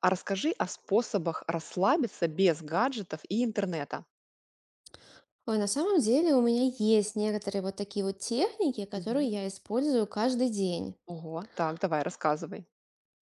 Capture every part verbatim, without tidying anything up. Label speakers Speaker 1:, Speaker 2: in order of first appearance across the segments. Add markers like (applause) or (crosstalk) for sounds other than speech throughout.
Speaker 1: А расскажи о способах расслабиться без гаджетов и интернета.
Speaker 2: Ой, на самом деле у меня есть некоторые вот такие вот техники,
Speaker 1: Мгм.
Speaker 2: которые я использую каждый день.
Speaker 1: Ого, так, давай, рассказывай.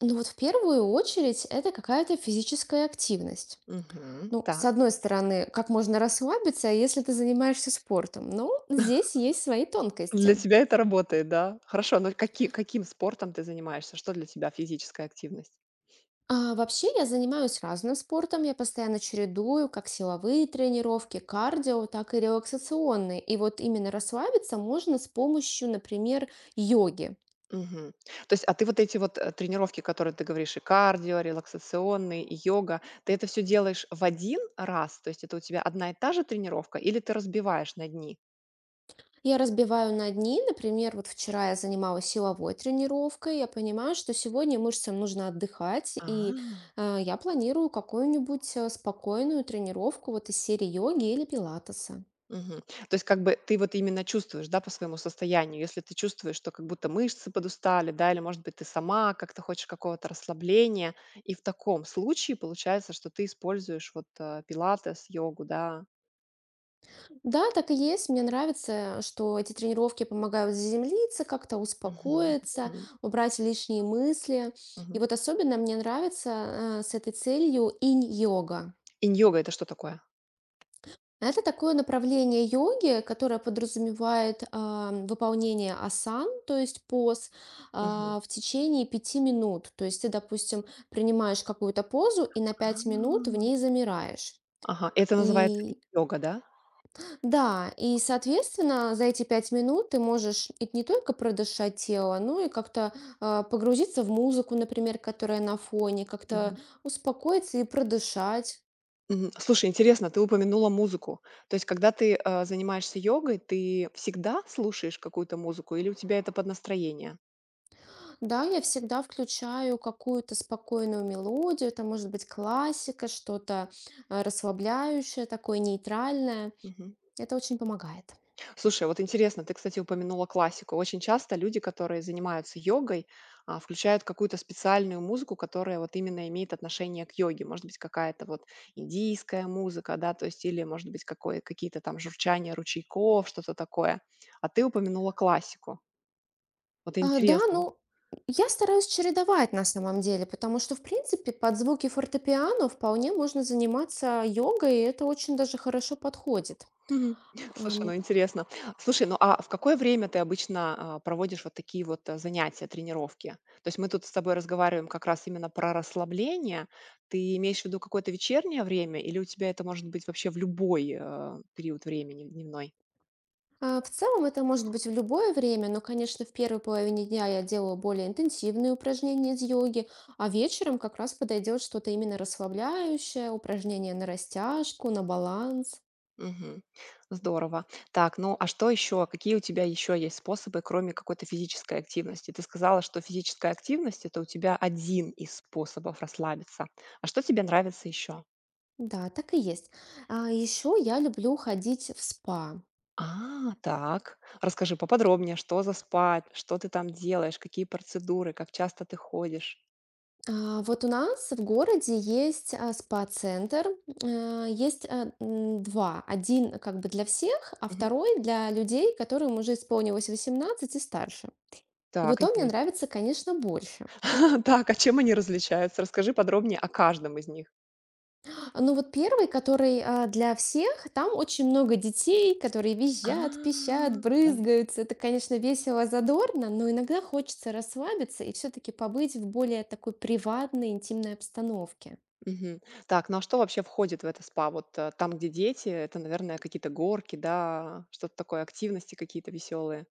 Speaker 2: Ну вот в первую очередь это какая-то физическая активность.
Speaker 1: Мгм,
Speaker 2: Ну, с
Speaker 1: так.
Speaker 2: одной стороны, как можно расслабиться, если ты занимаешься спортом, но здесь есть свои
Speaker 1: Для
Speaker 2: тонкости.
Speaker 1: тебя это работает, да? Хорошо, но каки- каким спортом ты занимаешься? Что для тебя физическая активность?
Speaker 2: А вообще я занимаюсь разным спортом, я постоянно чередую как силовые тренировки, кардио, так и релаксационные. И вот именно расслабиться можно с помощью, например, йоги.
Speaker 1: Мгм. То есть, а ты вот эти вот э, тренировки, которые ты говоришь, и кардио, релаксационные, и йога, ты это все делаешь в один раз? То есть это у тебя одна и та же тренировка, или ты разбиваешь на дни?
Speaker 2: Я разбиваю на дни. Например, вот вчера я занималась силовой тренировкой. Я понимаю, что сегодня мышцам нужно отдыхать,
Speaker 1: А,
Speaker 2: и э, я планирую какую-нибудь э, спокойную тренировку вот из серии йоги или пилатеса.
Speaker 1: Мгм. То есть как бы ты вот именно чувствуешь, да, по своему состоянию, если ты чувствуешь, что как будто мышцы подустали, да, или, может быть, ты сама как-то хочешь какого-то расслабления, и в таком случае получается, что ты используешь вот э, пилатес, йогу, да.
Speaker 2: Да, так и есть. Мне нравится, что эти тренировки помогают заземлиться, как-то
Speaker 1: Мгм.
Speaker 2: успокоиться,
Speaker 1: Мгм.
Speaker 2: убрать лишние мысли. И
Speaker 1: Мгм.
Speaker 2: вот особенно мне нравится э, с этой целью инь-йога.
Speaker 1: Инь-йога — это что такое?
Speaker 2: Это такое направление йоги, которое подразумевает а, выполнение асан, то есть поз,
Speaker 1: Мгм.
Speaker 2: а, в течение пяти минут. То есть ты, допустим, принимаешь какую-то позу и на
Speaker 1: А.
Speaker 2: пять минут в ней замираешь.
Speaker 1: Ага, это называется
Speaker 2: И
Speaker 1: инь-йога, да?
Speaker 2: да, и, соответственно, за эти пять минут ты можешь и не только продышать тело, но и как-то а, погрузиться в музыку, например, которая на фоне, как-то
Speaker 1: Мгм.
Speaker 2: успокоиться и продышать.
Speaker 1: Мгм. Слушай, интересно, ты упомянула музыку. То есть, когда ты э, занимаешься йогой, ты всегда слушаешь какую-то музыку или у тебя это под настроение?
Speaker 2: Да, я всегда включаю какую-то спокойную мелодию, это может быть классика, что-то э, расслабляющее, такое нейтральное.
Speaker 1: Мгм.
Speaker 2: Это очень помогает.
Speaker 1: Слушай, вот интересно, ты, кстати, упомянула классику. Очень часто люди, которые занимаются йогой, а, включают какую-то специальную музыку, которая вот именно имеет отношение к йоге. Может быть, какая-то вот индийская музыка, да, то есть или, может быть, какое, какие-то там журчания ручейков, что-то такое. А ты упомянула классику. Вот
Speaker 2: А, Да,
Speaker 1: интересно.
Speaker 2: ну, я стараюсь чередовать на самом деле, потому что, в принципе, под звуки фортепиано вполне можно заниматься йогой, и это очень даже хорошо подходит.
Speaker 1: Мгм. Слушай,
Speaker 2: Эм,
Speaker 1: ну интересно. Слушай, ну а в какое время ты обычно а, проводишь вот такие вот а, занятия, тренировки? То есть мы тут с тобой разговариваем как раз именно про расслабление. Ты имеешь в виду какое-то вечернее время или у тебя это может быть вообще в любой а, период времени дневной?
Speaker 2: А, В целом это может быть в любое время, но, конечно, в первой половине дня я делаю более интенсивные упражнения из йоги, а вечером как раз подойдет что-то именно расслабляющее, упражнение на растяжку, на баланс.
Speaker 1: Мгм. Здорово. Так, ну а что еще? Какие у тебя еще есть способы, кроме какой-то физической активности? Ты сказала, что физическая активность — это у тебя один из способов расслабиться. А что тебе нравится еще?
Speaker 2: Да, так и есть. А еще я люблю ходить в спа.
Speaker 1: А, так. Расскажи поподробнее, что за спа, что ты там делаешь, какие процедуры, как часто ты ходишь?
Speaker 2: А, Вот у нас в городе есть а, спа-центр, э, есть э, м, два. Один как бы для всех, а
Speaker 1: Мгм.
Speaker 2: второй для людей, которым уже исполнилось восемнадцать и старше. И
Speaker 1: Так,
Speaker 2: вот он мне
Speaker 1: интересно.
Speaker 2: нравится, конечно, больше.
Speaker 1: (laughs) Так, а чем они различаются? Расскажи подробнее о каждом из них.
Speaker 2: Ну вот первый, который, а, для всех, там очень много детей, которые
Speaker 1: А,
Speaker 2: визжат, пищат,
Speaker 1: да.
Speaker 2: брызгаются. Это, конечно, весело, задорно, но иногда хочется расслабиться и все-таки побыть в более такой приватной, интимной обстановке.
Speaker 1: Мгм. Так, ну а что вообще входит в это спа? Вот э, там, где дети, это, наверное, какие-то горки, да, что-то такое, активности какие-то веселые.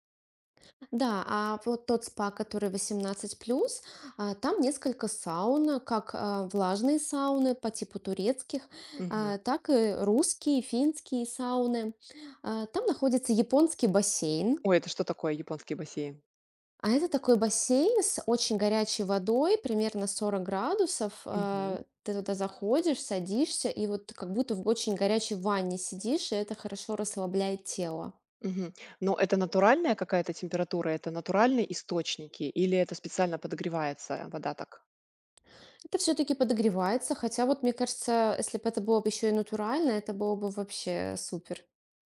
Speaker 2: Да, а вот тот спа, который восемнадцать плюс, а, там несколько саун, как, а, влажные сауны по типу турецких,
Speaker 1: Мгм.
Speaker 2: а, так и русские, финские сауны. А, там находится японский бассейн.
Speaker 1: Ой, это что такое японский бассейн?
Speaker 2: А это такой бассейн с очень горячей водой, примерно сорок градусов. А, Ты туда заходишь, садишься, и вот как будто в очень горячей ванне сидишь, и это хорошо расслабляет тело.
Speaker 1: Мгм. Но это натуральная какая-то температура, это натуральные источники или это специально подогревается вода так?
Speaker 2: Это все-таки подогревается, хотя вот мне кажется, если бы это было бы еще и натурально, это было бы вообще супер.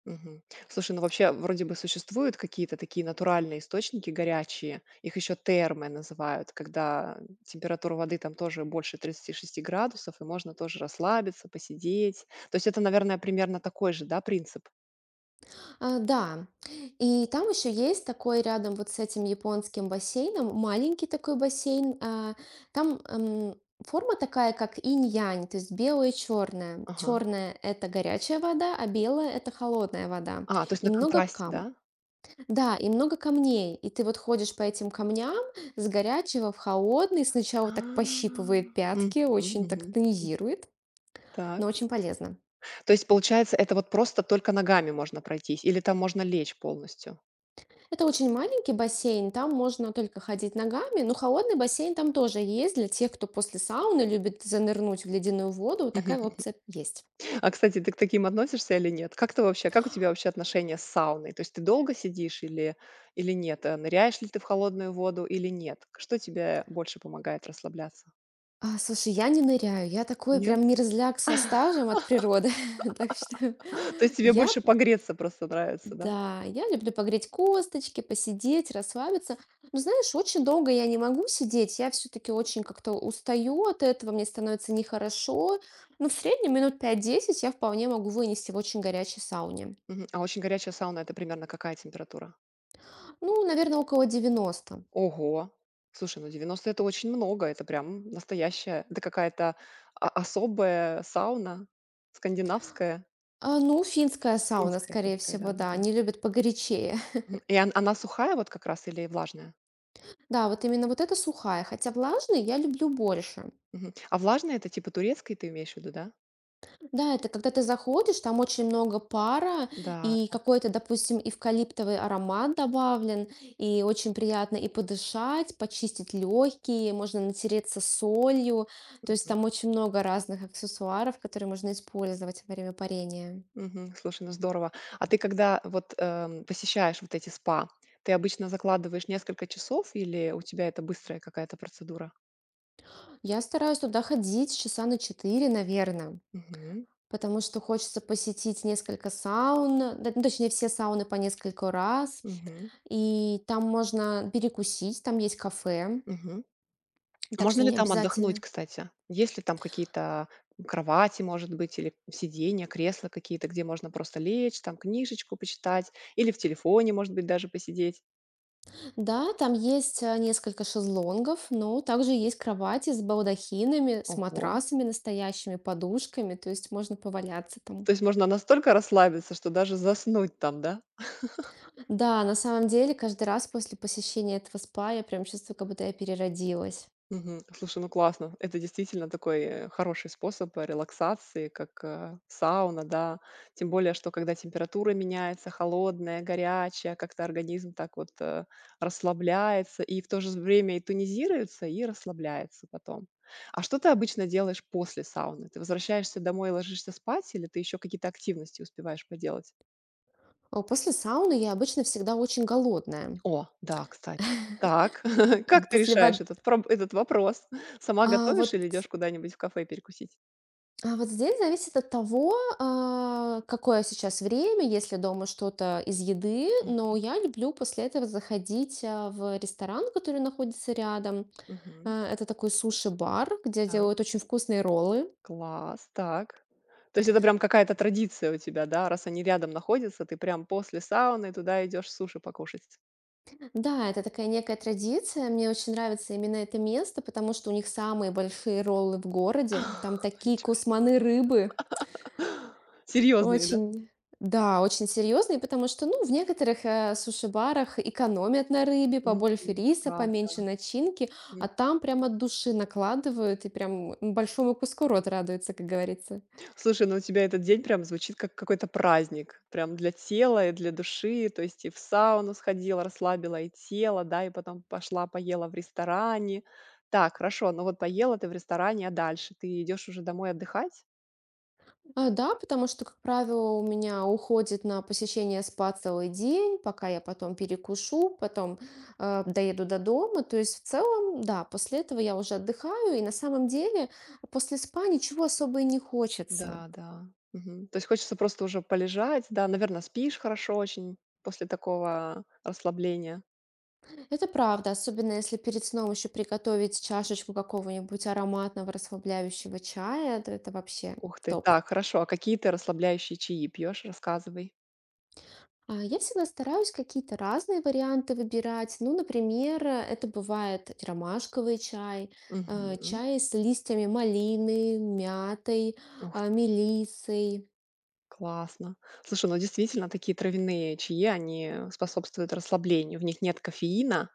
Speaker 1: Мгм. Слушай, ну вообще вроде бы существуют какие-то такие натуральные источники горячие, их еще термы называют, когда температура воды там тоже больше тридцати шести градусов, и можно тоже расслабиться, посидеть. То есть это, наверное, примерно такой же, да, принцип?
Speaker 2: А, да, и там еще есть такой рядом вот с этим японским бассейном, маленький такой бассейн. а, там м, Форма такая, как инь-янь, то есть белое и черное.
Speaker 1: Ага.
Speaker 2: Черное — это горячая вода, а белая — это холодная вода.
Speaker 1: А, то есть
Speaker 2: И
Speaker 1: на
Speaker 2: много
Speaker 1: контрасте,
Speaker 2: кам.
Speaker 1: да?
Speaker 2: Да, и много камней. И ты вот ходишь по этим камням с горячего в холодный. Сначала так
Speaker 1: А.
Speaker 2: пощипывает
Speaker 1: Мгм,
Speaker 2: пятки, очень так
Speaker 1: мгм.
Speaker 2: тонизирует,
Speaker 1: Так.
Speaker 2: но очень полезно.
Speaker 1: То есть, получается, это вот просто только ногами можно пройтись или там можно лечь полностью?
Speaker 2: Это очень маленький бассейн, там можно только ходить ногами, но холодный бассейн там тоже есть для тех, кто после сауны любит занырнуть в ледяную воду,
Speaker 1: Мгм.
Speaker 2: такая опция есть.
Speaker 1: (laughs) А, кстати, ты к таким относишься или нет? Как ты вообще, как у тебя вообще отношения с сауной? То есть ты долго сидишь или или нет? Э, ныряешь ли ты в холодную воду или нет? Что тебе больше помогает расслабляться?
Speaker 2: А, слушай, я не ныряю, я такой
Speaker 1: Нет?
Speaker 2: прям мерзляк со стажем от природы, (laughs) так что
Speaker 1: (laughs) То есть тебе
Speaker 2: я,
Speaker 1: больше погреться просто нравится, да?
Speaker 2: да, я люблю погреть косточки, посидеть, расслабиться. Но знаешь, очень долго я не могу сидеть, я все-таки очень как-то устаю от этого, мне становится нехорошо, но в среднем минут пять-десять я вполне могу вынести в очень горячей сауне.
Speaker 1: Мгм. А очень горячая сауна — это примерно какая температура?
Speaker 2: Ну, наверное, около девяноста.
Speaker 1: Ого! Слушай, ну девяносто — это очень много, это прям настоящая, это какая-то а особая сауна скандинавская.
Speaker 2: А, ну, финская сауна,
Speaker 1: Финская,
Speaker 2: скорее
Speaker 1: финская,
Speaker 2: всего, да.
Speaker 1: да-да-да.
Speaker 2: Они любят погорячее. (laughs)
Speaker 1: Мгм. И он, она сухая вот как раз или влажная?
Speaker 2: Да, вот именно вот эта сухая. Хотя влажный я люблю больше.
Speaker 1: Мгм. А влажная — это типа турецкой ты имеешь в виду, да?
Speaker 2: Да, это когда ты заходишь, там очень много пара
Speaker 1: Да.
Speaker 2: и какой-то, допустим, эвкалиптовый аромат добавлен, и очень приятно и подышать, почистить легкие, можно натереться солью. То есть
Speaker 1: Мгм.
Speaker 2: там очень много разных аксессуаров, которые можно использовать во время парения.
Speaker 1: Мгм. Слушай, ну здорово. А ты когда вот, эм, посещаешь вот эти спа, ты обычно закладываешь несколько часов или у тебя это быстрая какая-то процедура?
Speaker 2: Я стараюсь туда ходить часа на четыре, наверное.
Speaker 1: Мгм.
Speaker 2: Потому что хочется посетить несколько саун, да, ну, точнее, все сауны по нескольку раз.
Speaker 1: Мгм.
Speaker 2: И там можно перекусить, там есть кафе,
Speaker 1: Мгм. А
Speaker 2: так
Speaker 1: можно
Speaker 2: что
Speaker 1: ли
Speaker 2: не
Speaker 1: там отдохнуть,
Speaker 2: обязательно.
Speaker 1: кстати? Есть ли там какие-то кровати, может быть, или сиденья, кресла какие-то, где можно просто лечь, там книжечку почитать или в телефоне, может быть, даже посидеть?
Speaker 2: Да, там есть э, несколько шезлонгов, но также есть кровати с балдахинами, с
Speaker 1: Ого.
Speaker 2: матрасами настоящими, подушками, то есть можно поваляться там.
Speaker 1: То есть можно настолько расслабиться, что даже заснуть там, да?
Speaker 2: Да, на самом деле, каждый раз после посещения этого спа я прям чувствую, как будто я переродилась.
Speaker 1: Мгм. Слушай, ну классно. Это действительно такой э, хороший способ э, релаксации, как э, сауна, да. Тем более, что когда температура меняется, холодная, горячая, как-то организм так вот э, расслабляется и в то же время и тонизируется, и расслабляется потом. А что ты обычно делаешь после сауны? Ты возвращаешься домой и ложишься спать, или ты еще какие-то активности успеваешь поделать?
Speaker 2: А После сауны я обычно всегда очень голодная.
Speaker 1: О, да, кстати. Так, (laughs) как
Speaker 2: (laughs)
Speaker 1: ты
Speaker 2: После
Speaker 1: решаешь
Speaker 2: вод-
Speaker 1: этот проб этот вопрос? Сама
Speaker 2: А
Speaker 1: готовишь
Speaker 2: вот,
Speaker 1: или идешь куда-нибудь в кафе перекусить?
Speaker 2: а вот здесь зависит от того, а, какое сейчас время, если дома что-то из еды,
Speaker 1: Мгм.
Speaker 2: но я люблю после этого заходить а, в ресторан, который находится рядом.
Speaker 1: Мгм.
Speaker 2: А, Это такой суши-бар, где
Speaker 1: Так,
Speaker 2: делают очень вкусные роллы.
Speaker 1: класс, так. То есть это прям какая-то традиция у тебя, да? Раз они рядом находятся, ты прям после сауны туда идешь суши покушать.
Speaker 2: Да, это такая некая традиция. Мне очень нравится именно это место, потому что у них самые большие роллы в городе. Там
Speaker 1: (laughs)
Speaker 2: такие
Speaker 1: Ничего.
Speaker 2: кусманы рыбы.
Speaker 1: Серьёзные, (laughs) да?
Speaker 2: Очень, да, очень серьезный, потому что, ну, в некоторых э, суши-барах экономят на рыбе,
Speaker 1: Мгм.
Speaker 2: побольше
Speaker 1: Это
Speaker 2: риса,
Speaker 1: правда.
Speaker 2: поменьше начинки, а там прям от души накладывают и прям большому куску рот радуется, как говорится.
Speaker 1: Слушай, ну у тебя этот день прям звучит как какой-то праздник, прям для тела и для души. То есть и в сауну сходила, расслабила и тело, да, и потом пошла, поела в ресторане. Так, хорошо, ну вот поела ты в ресторане, а дальше ты идешь уже домой отдыхать?
Speaker 2: А, да, потому что, как правило, у меня уходит на посещение спа целый день, пока я потом перекушу, потом э, доеду до дома. То есть в целом, да, после этого я уже отдыхаю, и на самом деле после спа ничего особо и не хочется.
Speaker 1: Да, да. Мгм. То есть хочется просто уже полежать, да, наверное, спишь хорошо очень после такого расслабления.
Speaker 2: Это правда, особенно если перед сном еще приготовить чашечку какого-нибудь ароматного расслабляющего чая, то это вообще
Speaker 1: Ух ты,
Speaker 2: топ.
Speaker 1: так, хорошо. А какие ты расслабляющие чаи пьешь? Рассказывай.
Speaker 2: А, Я всегда стараюсь какие-то разные варианты выбирать. Ну, например, э, это бывает ромашковый чай, э,
Speaker 1: Мгм.
Speaker 2: чай с листьями малины, мятой,
Speaker 1: Ух.
Speaker 2: а, мелиссой.
Speaker 1: Классно. Слушай, ну действительно, такие травяные чаи, они способствуют расслаблению. В них нет кофеина,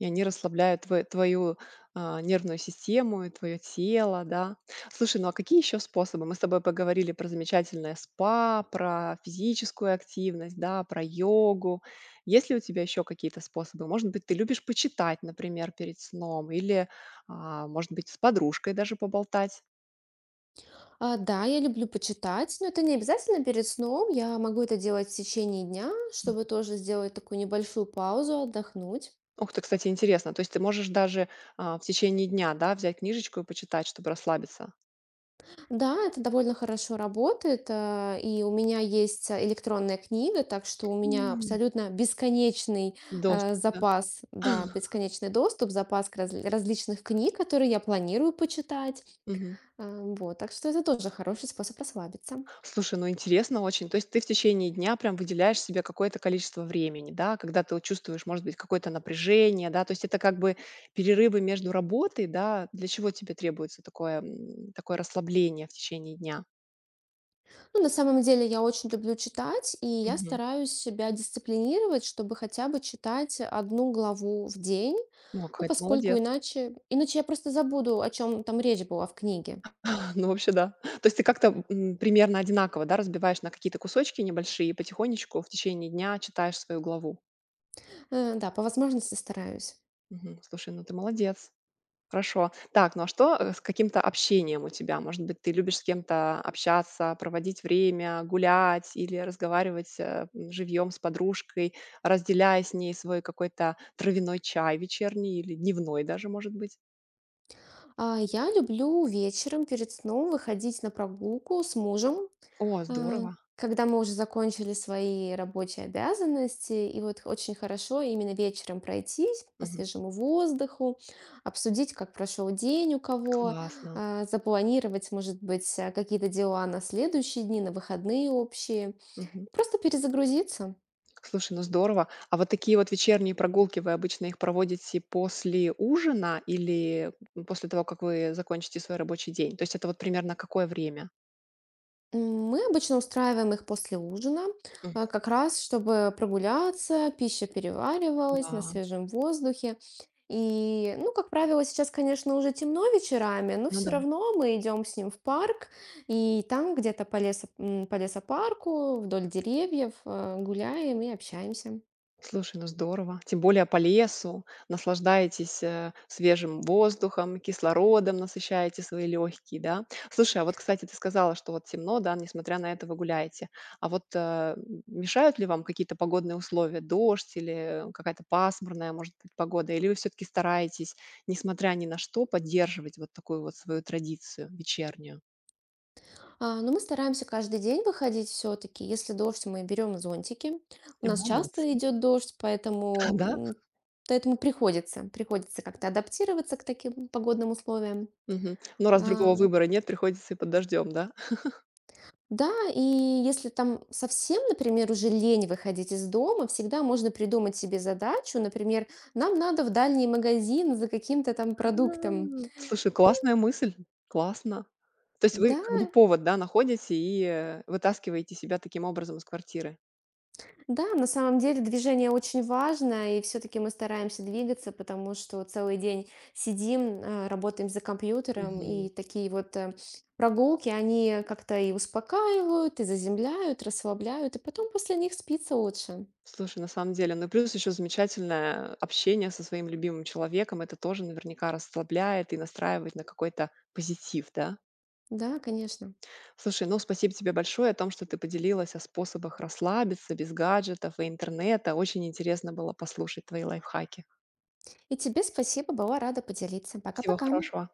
Speaker 1: и они расслабляют твой- твою а, нервную систему и твое тело, да. Слушай, ну а какие еще способы? Мы с тобой поговорили про замечательное спа, про физическую активность, да, про йогу. Есть ли у тебя еще какие-то способы? Может быть, ты любишь почитать, например, перед сном, или, а, может быть, с подружкой даже поболтать?
Speaker 2: А, Да, я люблю почитать, но это не обязательно перед сном. Я могу это делать в течение дня, чтобы тоже сделать такую небольшую паузу, отдохнуть.
Speaker 1: Ух ты, кстати, интересно. То есть ты можешь даже, а, в течение дня, да, взять книжечку и почитать, чтобы расслабиться?
Speaker 2: Да, это довольно хорошо работает. э, И у меня есть э, электронная книга, так что у меня
Speaker 1: М.
Speaker 2: абсолютно бесконечный
Speaker 1: Доступ,
Speaker 2: э,
Speaker 1: да.
Speaker 2: запас, да,
Speaker 1: (laughs)
Speaker 2: бесконечный доступ, запас к раз- различных книг, которые я планирую почитать.
Speaker 1: Мгм.
Speaker 2: Э, Вот, так что это тоже хороший способ расслабиться.
Speaker 1: Слушай, ну интересно очень. То есть ты в течение дня прям выделяешь себе какое-то количество времени, да, когда ты вот чувствуешь, может быть, какое-то напряжение, да? То есть это как бы перерывы между работой, да? Для чего тебе требуется такое, м, такое расслабление в течение дня?
Speaker 2: Ну, на самом деле я очень люблю читать, и я
Speaker 1: Мгм.
Speaker 2: стараюсь себя дисциплинировать, чтобы хотя бы читать одну главу в день,
Speaker 1: Ну,
Speaker 2: ну,
Speaker 1: какая ты
Speaker 2: поскольку
Speaker 1: молодец.
Speaker 2: иначе, иначе я просто забуду, о чем там речь была в книге.
Speaker 1: (laughs) Ну, вообще, да. (laughs) То есть ты как-то, м, примерно одинаково, да, разбиваешь на какие-то кусочки небольшие и потихонечку в течение дня читаешь свою главу.
Speaker 2: Э, да, по возможности стараюсь.
Speaker 1: Мгм. Слушай, ну ты молодец. Хорошо. Так, ну а что, э, с каким-то общением у тебя? Может быть, ты любишь с кем-то общаться, проводить время, гулять или разговаривать, э, живьем с подружкой, разделяя с ней свой какой-то травяной чай вечерний или дневной даже, может быть?
Speaker 2: А, я люблю вечером перед сном выходить на прогулку с мужем,
Speaker 1: О,
Speaker 2: а,
Speaker 1: здорово.
Speaker 2: когда мы уже закончили свои рабочие обязанности. И вот очень хорошо именно вечером пройтись по
Speaker 1: Мгм.
Speaker 2: свежему воздуху, обсудить, как прошел день у кого,
Speaker 1: Классно.
Speaker 2: а, запланировать, может быть, а, какие-то дела на следующие дни, на выходные общие.
Speaker 1: Мгм.
Speaker 2: Просто перезагрузиться.
Speaker 1: Слушай, ну здорово. А вот такие вот вечерние прогулки, вы обычно их проводите после ужина или после того, как вы закончите свой рабочий день? То есть это вот примерно какое время?
Speaker 2: М, Мы обычно устраиваем их после ужина,
Speaker 1: Мгм.
Speaker 2: а, как раз чтобы прогуляться, пища переваривалась на
Speaker 1: Да,
Speaker 2: свежем воздухе. И, ну, как правило, сейчас, конечно, уже темно вечерами, но
Speaker 1: ну
Speaker 2: все
Speaker 1: да.
Speaker 2: равно мы идем с ним в парк, и там где-то по лесо, м, по лесопарку, вдоль деревьев э, гуляем и общаемся.
Speaker 1: Слушай, ну здорово. Тем более по лесу. Наслаждаетесь, э, свежим воздухом, кислородом, насыщаете свои легкие, да? Слушай, а вот, кстати, ты сказала, что вот темно, да, несмотря на это вы гуляете. А вот, э, м, мешают ли вам какие-то погодные условия? Дождь или какая-то пасмурная, может быть, погода? Или вы все-таки стараетесь, несмотря ни на что, поддерживать вот такую вот свою традицию вечернюю?
Speaker 2: А, Но мы стараемся каждый день выходить все-таки. Если дождь, мы берем зонтики. У нас часто
Speaker 1: Молодцы.
Speaker 2: идет дождь,
Speaker 1: (laughs)
Speaker 2: поэтому,
Speaker 1: Да?
Speaker 2: м, поэтому приходится, приходится как-то адаптироваться к таким погодным условиям.
Speaker 1: Мгм. Ну, раз
Speaker 2: А,
Speaker 1: другого выбора нет, приходится и под дождем, да?
Speaker 2: Да, и если там совсем, например, уже лень выходить из дома, всегда можно придумать себе задачу. Например, нам надо в дальний магазин за каким-то там продуктом.
Speaker 1: М, слушай, классная мысль, классно. То есть вы как бы
Speaker 2: Да,
Speaker 1: повод, да, находите и, э, вытаскиваете себя таким образом из квартиры.
Speaker 2: да, на самом деле движение очень важно, и все-таки мы стараемся двигаться, потому что целый день сидим, э, работаем за компьютером,
Speaker 1: Мгм.
Speaker 2: и такие вот э, прогулки, они как-то и успокаивают, и заземляют, расслабляют, и потом после них спится лучше.
Speaker 1: Слушай, на самом деле, ну, и плюс еще замечательное общение со своим любимым человеком. Это тоже наверняка расслабляет и настраивает на какой-то позитив, да?
Speaker 2: Да, конечно.
Speaker 1: Слушай, ну, спасибо тебе большое о том, что ты поделилась о способах расслабиться без гаджетов и интернета. Очень интересно было послушать твои лайфхаки.
Speaker 2: И тебе спасибо, была рада поделиться.
Speaker 1: Всего
Speaker 2: Пока-пока.
Speaker 1: хорошего.